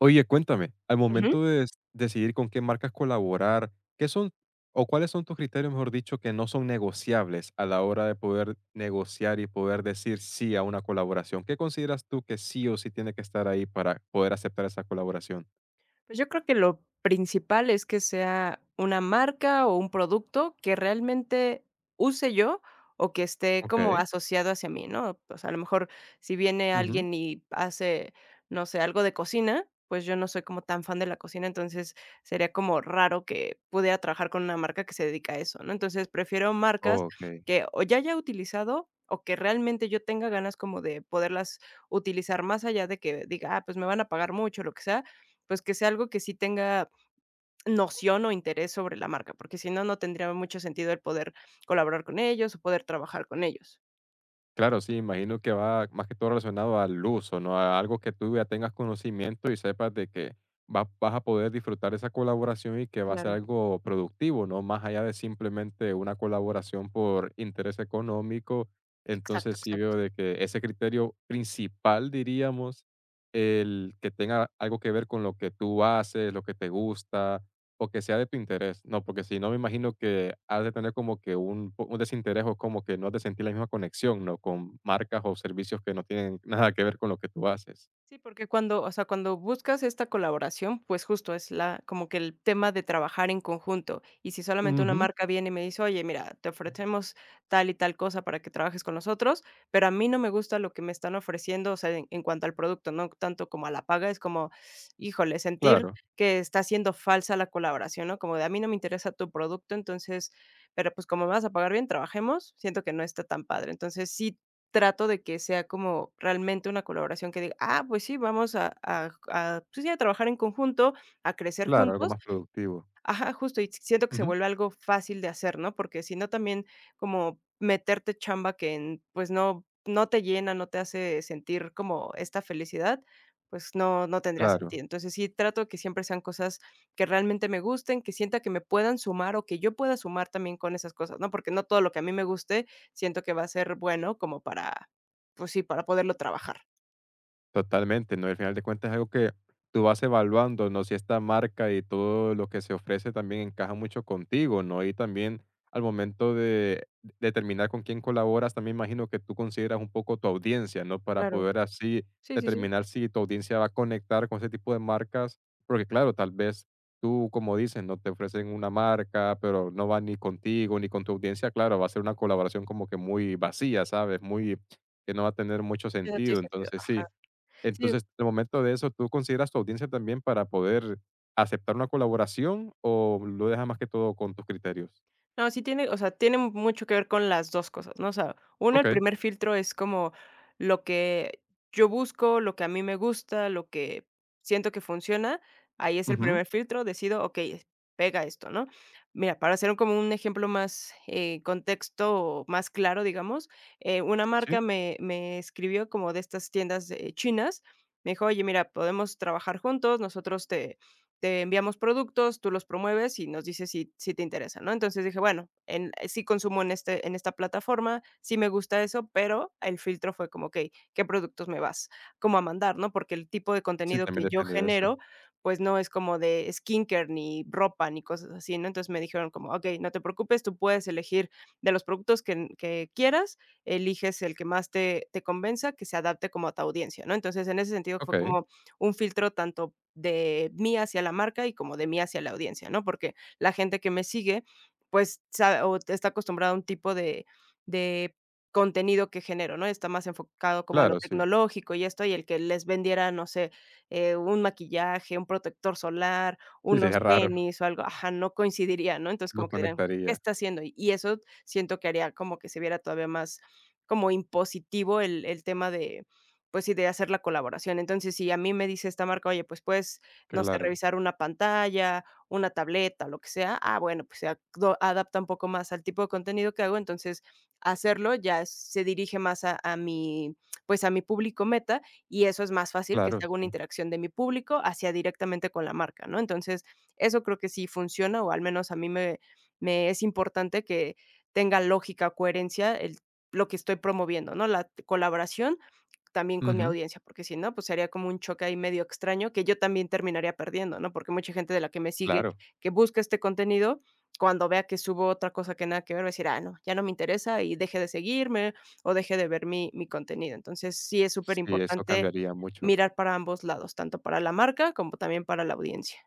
Oye, cuéntame, al Ujú. momento de decidir con qué marcas colaborar, ¿qué son o cuáles son tus criterios, mejor dicho, que no son negociables a la hora de poder negociar y poder decir sí a una colaboración? ¿Qué consideras tú que sí o sí tiene que estar ahí para poder aceptar esa colaboración? Pues yo creo que lo principal es que sea una marca o un producto que realmente use yo o que esté como Ok. asociado hacia mí, ¿no? O sea, a lo mejor si viene Ujú. alguien y hace, no sé, algo de cocina, pues yo no soy como tan fan de la cocina, entonces sería como raro que pudiera trabajar con una marca que se dedica a eso, ¿no? Entonces prefiero marcas Ok. que o ya haya utilizado o que realmente yo tenga ganas como de poderlas utilizar más allá de que diga, ah, pues me van a pagar mucho, lo que sea, pues, que sea algo que sí tenga noción o interés sobre la marca, porque si no, no tendría mucho sentido el poder colaborar con ellos o poder trabajar con ellos. Claro, sí, imagino que va más que todo relacionado al uso, ¿no? A algo que tú ya tengas conocimiento y sepas de que vas a poder disfrutar esa colaboración y que va a ser Claro. algo productivo, ¿no? Más allá de simplemente una colaboración por interés económico. Exacto, Entonces sí veo exacto. de que ese criterio principal, diríamos, el que tenga algo que ver con lo que tú haces, lo que te gusta, o que sea de tu interés, no, porque si no, me imagino que has de tener como que un desinterés o como que no has de sentir la misma conexión, ¿no? Con marcas o servicios que no tienen nada que ver con lo que tú haces. Sí, porque cuando, o sea, cuando buscas esta colaboración, pues justo es la, como que el tema de trabajar en conjunto. Y si solamente una Ujú. marca viene y me dice, oye, mira, te ofrecemos tal y tal cosa para que trabajes con nosotros, pero a mí no me gusta lo que me están ofreciendo, o sea, en cuanto al producto, no tanto como a la paga, es como, híjole, sentir Claro, que está siendo falsa la colaboración, ¿no? Como de a mí no me interesa tu producto, entonces, pero pues como me vas a pagar bien, trabajemos, siento que no está tan padre. Entonces, sí trato de que sea como realmente una colaboración que diga, ah, pues sí, vamos a, pues sí, a trabajar en conjunto, a crecer claro, algo juntos. más productivo. Ajá, justo, y siento que se Ujú. vuelve algo fácil de hacer, ¿no? Porque si no también como meterte chamba que en pues no te llena, no te hace sentir como esta felicidad, pues no tendría Claro. sentido. Entonces, sí trato que siempre sean cosas que realmente me gusten, que sienta que me puedan sumar o que yo pueda sumar también con esas cosas, ¿no? Porque no todo lo que a mí me guste siento que va a ser bueno como para, pues sí, para poderlo trabajar. Totalmente, ¿no? Al final de cuentas es algo que tú vas evaluando, ¿no? Si esta marca y todo lo que se ofrece también encaja mucho contigo, ¿no? Y también al momento de determinar con quién colaboras, también imagino que tú consideras un poco tu audiencia, ¿no? Para Claro. poder así Sí, sí, sí. determinar si tu audiencia va a conectar con ese tipo de marcas, porque claro, tal vez tú, como dices, no te ofrecen una marca, pero no va ni contigo ni con tu audiencia, claro, va a ser una colaboración como que muy vacía, ¿sabes? Muy que no va a tener mucho Ya tiene sentido. sentido. Entonces, sí, Ajá. Sí. entonces, en el momento de eso, ¿tú consideras tu audiencia también para poder aceptar una colaboración o lo dejas más que todo con tus criterios? No, sí tiene, o sea, tiene mucho que ver con las 2 cosas, ¿no? O sea, uno, el Okey. primer filtro es como lo que yo busco, lo que a mí me gusta, lo que siento que funciona. Ahí es el Ujú. primer filtro, decido, okey, pega esto, ¿no? Mira, para hacer un como un ejemplo más, contexto más claro, digamos, una Sí, marca me escribió como de estas tiendas, chinas. Me dijo: "Oye, mira, podemos trabajar juntos, nosotros te enviamos productos, tú los promueves y nos dices si, si te interesa, ¿no? Entonces dije, bueno, en, sí consumo en, este, en esta plataforma, sí me gusta eso, pero el filtro fue como, ok, ¿qué productos me vas como a mandar, no? Porque el tipo de sí, contenido también que yo depende de eso. genero, pues no es como de skincare, ni ropa, ni cosas así, ¿no? Entonces me dijeron como, ok, no te preocupes, tú puedes elegir de los productos que quieras, eliges el que más te, te convenza, que se adapte como a tu audiencia, ¿no? Entonces en ese sentido fue Okey, como un filtro tanto de mí hacia la marca y como de mí hacia la audiencia, ¿no? Porque la gente que me sigue, pues, sa o está acostumbrada a un tipo de contenido que genero, ¿no? Está más enfocado como a lo claro, sí. tecnológico y esto, y el que les vendiera, no sé, un maquillaje, un protector solar, Sí, unos sería raro, tenis o algo, ajá, no coincidiría, ¿no? Entonces, no como que dirán: "¿Qué conectaría. está haciendo?". Y eso siento que haría como que se viera todavía más como impositivo el tema de pues sí, de hacer la colaboración. Entonces, si a mí me dice esta marca: "Oye, pues puedes, no sé, Claro, revisar una pantalla, una tableta, lo que sea". Ah, bueno, pues se acdo adapta un poco más al tipo de contenido que hago, entonces hacerlo ya es se dirige más a mi, pues, a mi público meta, y eso es más fácil que claro, se haga una sí. interacción de mi público hacia directamente con la marca, ¿no? Entonces, eso creo que sí funciona, o al menos a mí me es importante que tenga lógica coherencia el lo que estoy promoviendo, ¿no? La colaboración también con mi Ujú, audiencia, porque si no, pues sería como un choque ahí medio extraño que yo también terminaría perdiendo, ¿no? Porque mucha gente de la que me sigue, claro. que busca este contenido, cuando vea que subo otra cosa que nada que ver, va a decir, ah, no, ya no me interesa y deje de seguirme o deje de ver mi contenido. Entonces, sí es súper Sí, eso importante cambiaría mucho. mirar para ambos lados, tanto para la marca como también para la audiencia.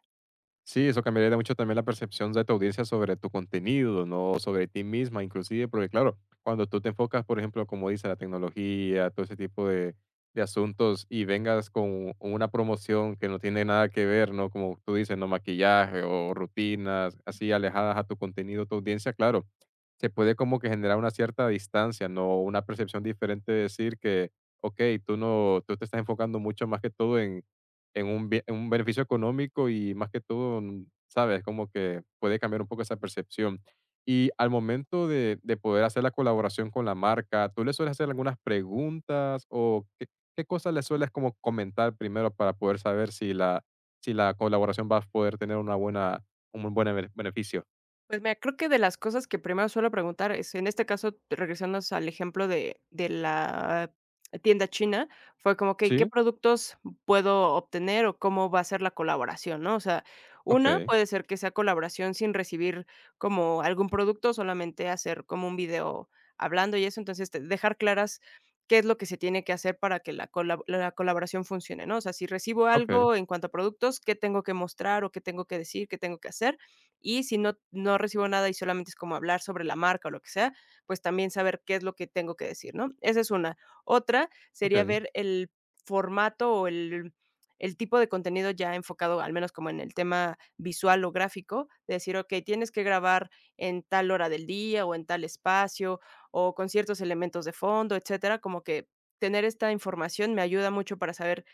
Sí, eso cambiaría mucho también la percepción de tu audiencia sobre tu contenido, ¿no? Sobre ti misma, inclusive, porque claro, cuando tú te enfocas, por ejemplo, como dice la tecnología, todo ese tipo de asuntos, y vengas con una promoción que no tiene nada que ver, ¿no? Como tú dices, ¿no? Maquillaje o rutinas así alejadas a tu contenido, tu audiencia, claro, se puede como que generar una cierta distancia, ¿no? Una percepción diferente de decir que, ok, tú no, tú te estás enfocando mucho más que todo en un bie en un beneficio económico y más que todo, ¿sabes? Como que puede cambiar un poco esa percepción. Y al momento de poder hacer la colaboración con la marca, ¿tú le sueles hacer algunas preguntas o qué qué cosas le sueles como comentar primero para poder saber si la si la colaboración va a poder tener una buena un buen bene beneficio? Pues mira, creo que de las cosas que primero suelo preguntar es, en este caso, regresando al ejemplo de la tienda china, fue como, que ¿qué ¿Sí? productos puedo obtener o cómo va a ser la colaboración?, ¿no? O sea, una Okey, puede ser que sea colaboración sin recibir como algún producto, solamente hacer como un video hablando y eso, entonces, te dejar claras qué es lo que se tiene que hacer para que la colab la colaboración funcione, ¿no? O sea, si recibo okey, algo en cuanto a productos, ¿qué tengo que mostrar o qué tengo que decir, qué tengo que hacer? Y si no recibo nada y solamente es como hablar sobre la marca o lo que sea, pues también saber qué es lo que tengo que decir, ¿no? Esa es una. Otra sería okey, ver el formato o el tipo de contenido ya enfocado, al menos como en el tema visual o gráfico, de decir, okey, tienes que grabar en tal hora del día o en tal espacio o con ciertos elementos de fondo, etcétera, como que tener esta información me ayuda mucho para saber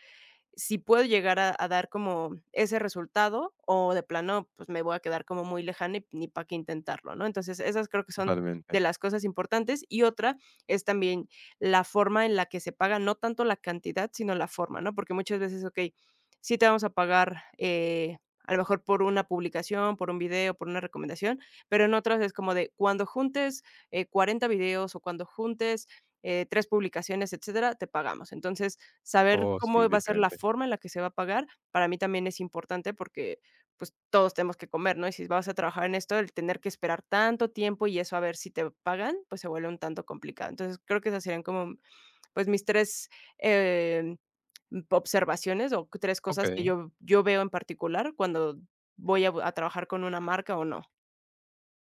si puedo llegar a dar como ese resultado, o de plano, pues, me voy a quedar como muy lejana y ni para qué intentarlo, ¿no? Entonces, esas creo que son de totalmente. las cosas importantes. Y otra es también la forma en la que se paga, no tanto la cantidad, sino la forma, ¿no? Porque muchas veces, okey, sí te vamos a pagar, a lo mejor por una publicación, por un video, por una recomendación, pero en otras es como de cuando juntes, 40 videos o cuando juntes, 3 publicaciones, etcétera, te pagamos. Entonces, saber Oh, sí, cómo va a ser la diferente. forma en la que se va a pagar, para mí también es importante porque, pues, todos tenemos que comer, ¿no? Y si vas a trabajar en esto, el tener que esperar tanto tiempo y eso a ver si te pagan, pues, se vuelve un tanto complicado. Entonces, creo que esas serían como, pues, mis 3 em, observaciones o 3 cosas que Okey. yo veo en particular cuando voy a bu a trabajar con una marca o no.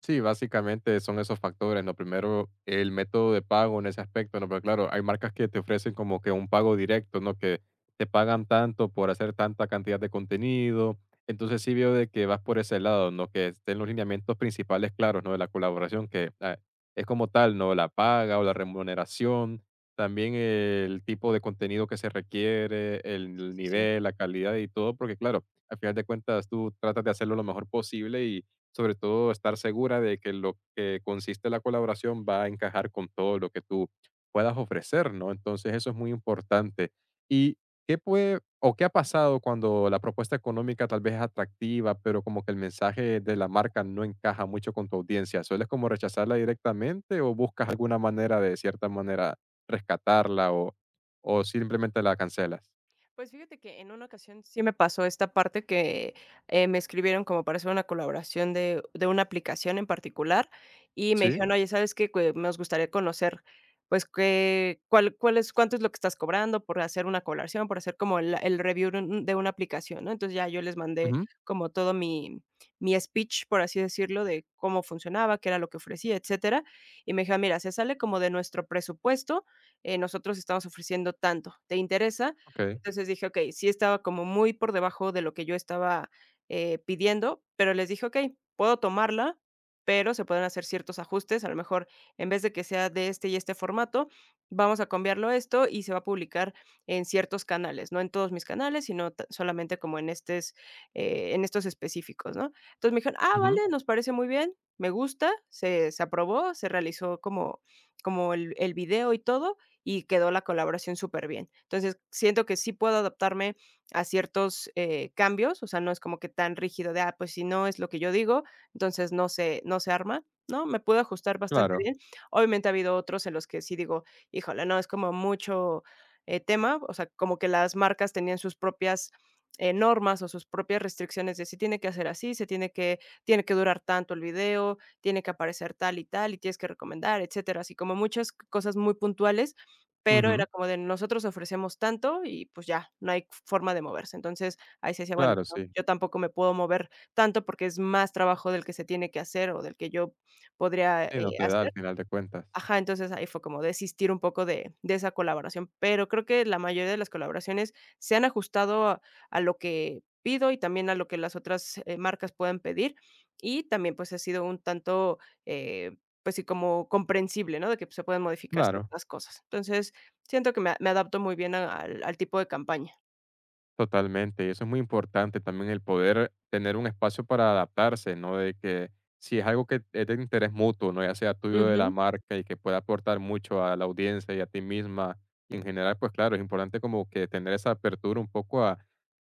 Sí, básicamente son esos factores, ¿no? Primero, el método de pago en ese aspecto, ¿no? Pero claro, hay marcas que te ofrecen como que un pago directo, ¿no? Que te pagan tanto por hacer tanta cantidad de contenido. Entonces sí veo de que vas por ese lado, ¿no? Que estén los lineamientos principales claros, ¿no? De la colaboración, que ah, es como tal, ¿no? La paga o la remuneración, también el tipo de contenido que se requiere, Sí, el sí, sí. nivel, la calidad y todo, porque claro, al final de cuentas tú tratas de hacerlo lo mejor posible y sobre todo estar segura de que lo que consiste la colaboración va a encajar con todo lo que tú puedas ofrecer, ¿no? Entonces eso es muy importante. ¿Y qué puede o qué ha pasado cuando la propuesta económica tal vez es atractiva, pero como que el mensaje de la marca no encaja mucho con tu audiencia? ¿Sueles como rechazarla directamente o buscas alguna manera de cierta manera rescatarla o simplemente la cancelas? Pues fíjate que en una ocasión sí me pasó esta parte que, me escribieron como para hacer una colaboración de una aplicación en particular, y me Sí. dijeron: "Oye, ¿sabes qué? Que nos gustaría conocer, pues, que cuál es cuánto es lo que estás cobrando por hacer una colaboración, por hacer como el review de un de una aplicación", ¿no? Entonces, ya yo les mandé Ujú. como todo mi speech, por así decirlo, de cómo funcionaba, qué era lo que ofrecía, etcétera. Y me dijeron: "Mira, se sale como de nuestro presupuesto, nosotros estamos ofreciendo tanto, ¿te interesa?". Ok. Entonces dije: "Okey", sí estaba como muy por debajo de lo que yo estaba, pidiendo, pero les dije: "Okey, puedo tomarla, pero se pueden hacer ciertos ajustes, a lo mejor en vez de que sea de este y este formato, vamos a cambiarlo a esto y se va a publicar en ciertos canales, no en todos mis canales, sino ta solamente como en estes, en estos específicos", ¿no? Entonces me dijeron: "Ah, Ujú. vale, nos parece muy bien, me gusta", se aprobó, se realizó como el video y todo, y quedó la colaboración súper bien. Entonces, siento que sí puedo adaptarme a ciertos, cambios, o sea, no es como que tan rígido de, ah, pues, si no es lo que yo digo, entonces no se arma, ¿no? Me puedo ajustar bastante Claro. bien. Obviamente, ha habido otros en los que sí digo: "Híjole, no, es como mucho, tema", o sea, como que las marcas tenían sus propias, normas o sus propias restricciones de se tiene que hacer así, se tiene que durar tanto el video, tiene que aparecer tal y tal, y tienes que recomendar, etcétera. Así como muchas cosas muy puntuales, pero era Ujú, como de nosotros ofrecemos tanto y, pues, ya, no hay forma de moverse. Entonces, ahí se decía, bueno, claro, no, sí. yo tampoco me puedo mover tanto porque es más trabajo del que se tiene que hacer o del que yo podría, Sí, no te da al hacer. final de cuentas. Ajá, entonces ahí fue como desistir un poco de esa colaboración, pero creo que la mayoría de las colaboraciones se han ajustado a lo que pido y también a lo que las otras, marcas puedan pedir, y también, pues, ha sido un tanto, eh, pues sí, como comprensible, ¿no?, de que se pueden modificar Claro. ciertas cosas. Entonces, siento que me adapto muy bien a al tipo de campaña. Totalmente, y eso es muy importante también el poder tener un espacio para adaptarse, ¿no? De que si es algo que es de interés mutuo, ¿no? Ya sea tuyo o de la marca y que pueda aportar mucho a la audiencia y a ti misma y en general, pues claro, es importante como que tener esa apertura un poco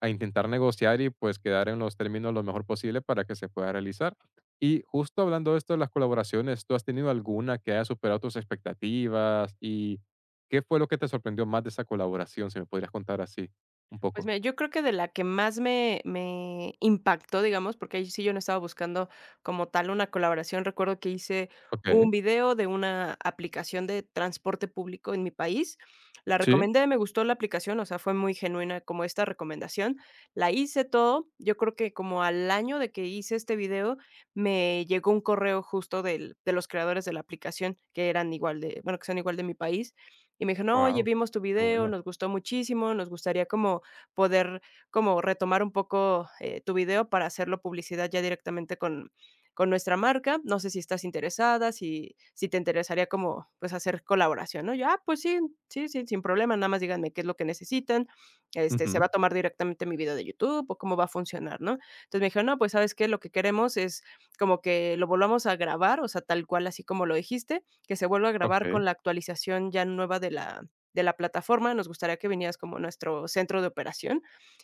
a intentar negociar y pues quedar en los términos lo mejor posible para que se pueda realizar. Y justo hablando de esto de las colaboraciones, ¿tú has tenido alguna que haya superado tus expectativas? ¿Y qué fue lo que te sorprendió más de esa colaboración? Si me podrías contar así un Pues poco. mira, yo creo que de la que más me impactó, digamos, porque ahí sí yo no estaba buscando como tal una colaboración. Recuerdo que hice Okey, un video de una aplicación de transporte público en mi país. La sí. recomendé, me gustó la aplicación, o sea, fue muy genuina como esta recomendación. La hice todo. Yo creo que como al año de que hice este video, me llegó un correo justo del de los creadores de la aplicación, que eran igual de bueno, que son igual de mi país, y me dijeron: "Oye, Wow, vimos tu qué video, bueno. nos gustó muchísimo, nos gustaría como poder como retomar un poco, tu video para hacerlo publicidad ya directamente con nuestra marca. No sé si estás interesada, si te interesaría como, pues, hacer colaboración, ¿no?". Yo: "Ah, pues sí, sí, sí, sin problema, nada más díganme qué es lo que necesitan, este, ¿se Ujú, va a tomar directamente mi video de YouTube o cómo va a funcionar?", ¿no? Entonces me dijeron: "No, pues, ¿sabes qué? Lo que queremos es como que lo volvamos a grabar, o sea, tal cual, así como lo dijiste, que se vuelva a grabar okey, con la actualización ya nueva de la plataforma, nos gustaría que vinieras como nuestro centro de operación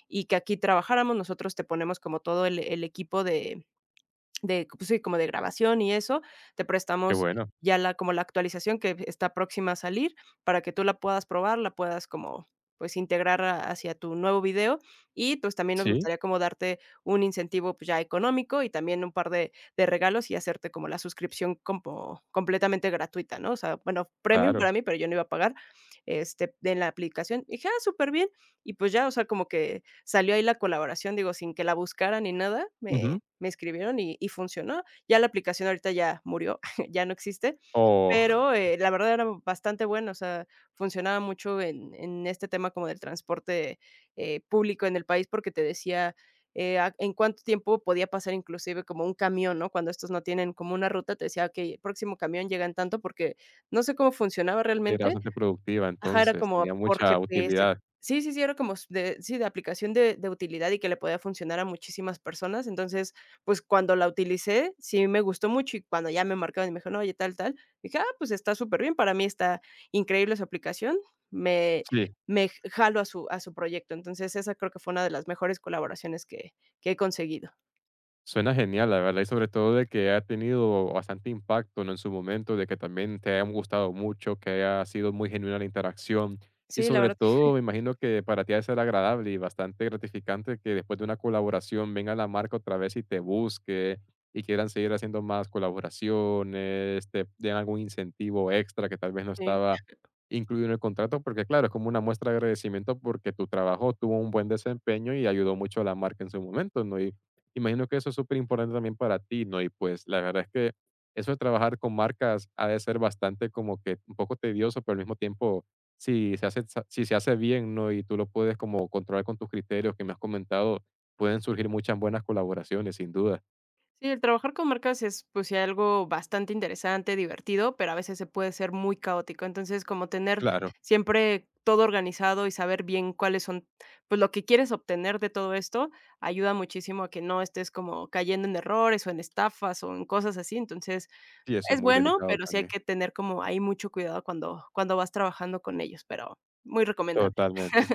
y que aquí trabajáramos. Nosotros te ponemos como todo el equipo de, pues sí, como de grabación y eso, te qué prestamos bueno. ya la como la actualización que está próxima a salir para que tú la puedas probar, la puedas como, pues, integrar a hacia tu nuevo video y, pues, también nos Sí, gustaría como darte un incentivo, pues, ya económico y también un par de regalos y hacerte como la suscripción como completamente gratuita, ¿no? O sea, bueno, premium claro. para mí, pero yo no iba a pagar, este, en la aplicación". Y dije: "Ah, súper bien". Y, pues, ya, o sea, como que salió ahí la colaboración, digo, sin que la buscara ni nada, Ujú. me escribieron y funcionó. Ya la aplicación ahorita ya murió, ya no existe, Oh, pero, la verdad era bastante buena, o sea, funcionaba mucho en este tema como del transporte, público en el país, porque te decía, a en cuánto tiempo podía pasar inclusive como un camión, ¿no? Cuando estos no tienen como una ruta, te decía: "Okey, el próximo camión llega en tanto", porque no sé cómo funcionaba era realmente. bastante productiva Ajá, era entonces, tenía como por mucha GPS. utilidad. Sí, sí, sí, era como s de sí, de aplicación de utilidad y que le podía funcionar a muchísimas personas. Entonces, pues, cuando la utilicé, sí me gustó mucho, y cuando ya me marcaron y me dijeron: "Oye, tal, tal", dije: "Ah, pues está súper bien, para mí está increíble su aplicación, me Sí. me j jalo a su proyecto". Entonces, esa creo que fue una de las mejores colaboraciones que he conseguido. Suena genial, la verdad, y sobre todo de que ha tenido bastante impacto, ¿no? En su momento, de que también te haya gustado mucho, que haya sido muy genuina la interacción. Y Sí, la sobre verdad, todo, me imagino que para ti ha de ser agradable y bastante gratificante que después de una colaboración venga la marca otra vez y te busque y quieran seguir haciendo más colaboraciones, te den algún incentivo extra que tal vez no sí. estaba incluido en el contrato, porque claro, es como una muestra de agradecimiento porque tu trabajo tuvo un buen desempeño y ayudó mucho a la marca en su momento, ¿no? Y imagino que eso es súper importante también para ti, ¿no? Y pues la verdad es que eso de trabajar con marcas ha de ser bastante como que un poco tedioso, pero al mismo tiempo, si se hace, si se hace bien, ¿no? Y tú lo puedes como controlar con tus criterios que me has comentado, pueden surgir muchas buenas colaboraciones, sin duda. Sí, el trabajar con marcas es, pues, sí algo bastante interesante, divertido, pero a veces se puede ser muy caótico. Entonces, como tener Claro, siempre todo organizado y saber bien cuáles son, pues, lo que quieres obtener de todo esto, ayuda muchísimo a que no estés como cayendo en errores, o en estafas, o en cosas así. Entonces, sí, eso es es muy bueno, delicado pero sí hay también. que tener como ahí mucho cuidado cuando vas trabajando con ellos, pero muy recomendable. Totalmente.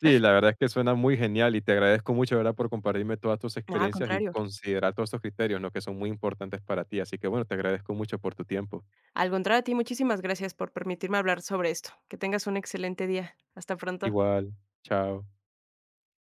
Sí, la verdad es que suena muy genial y te agradezco mucho, ¿verdad?, por compartirme todas tus No, al experiencias y contrario. considerar todos estos criterios, ¿no?, que son muy importantes para ti. Así que bueno, te agradezco mucho por tu tiempo. Al contrario, a ti muchísimas gracias por permitirme hablar sobre esto. Que tengas un excelente día. Hasta pronto. Igual, chao.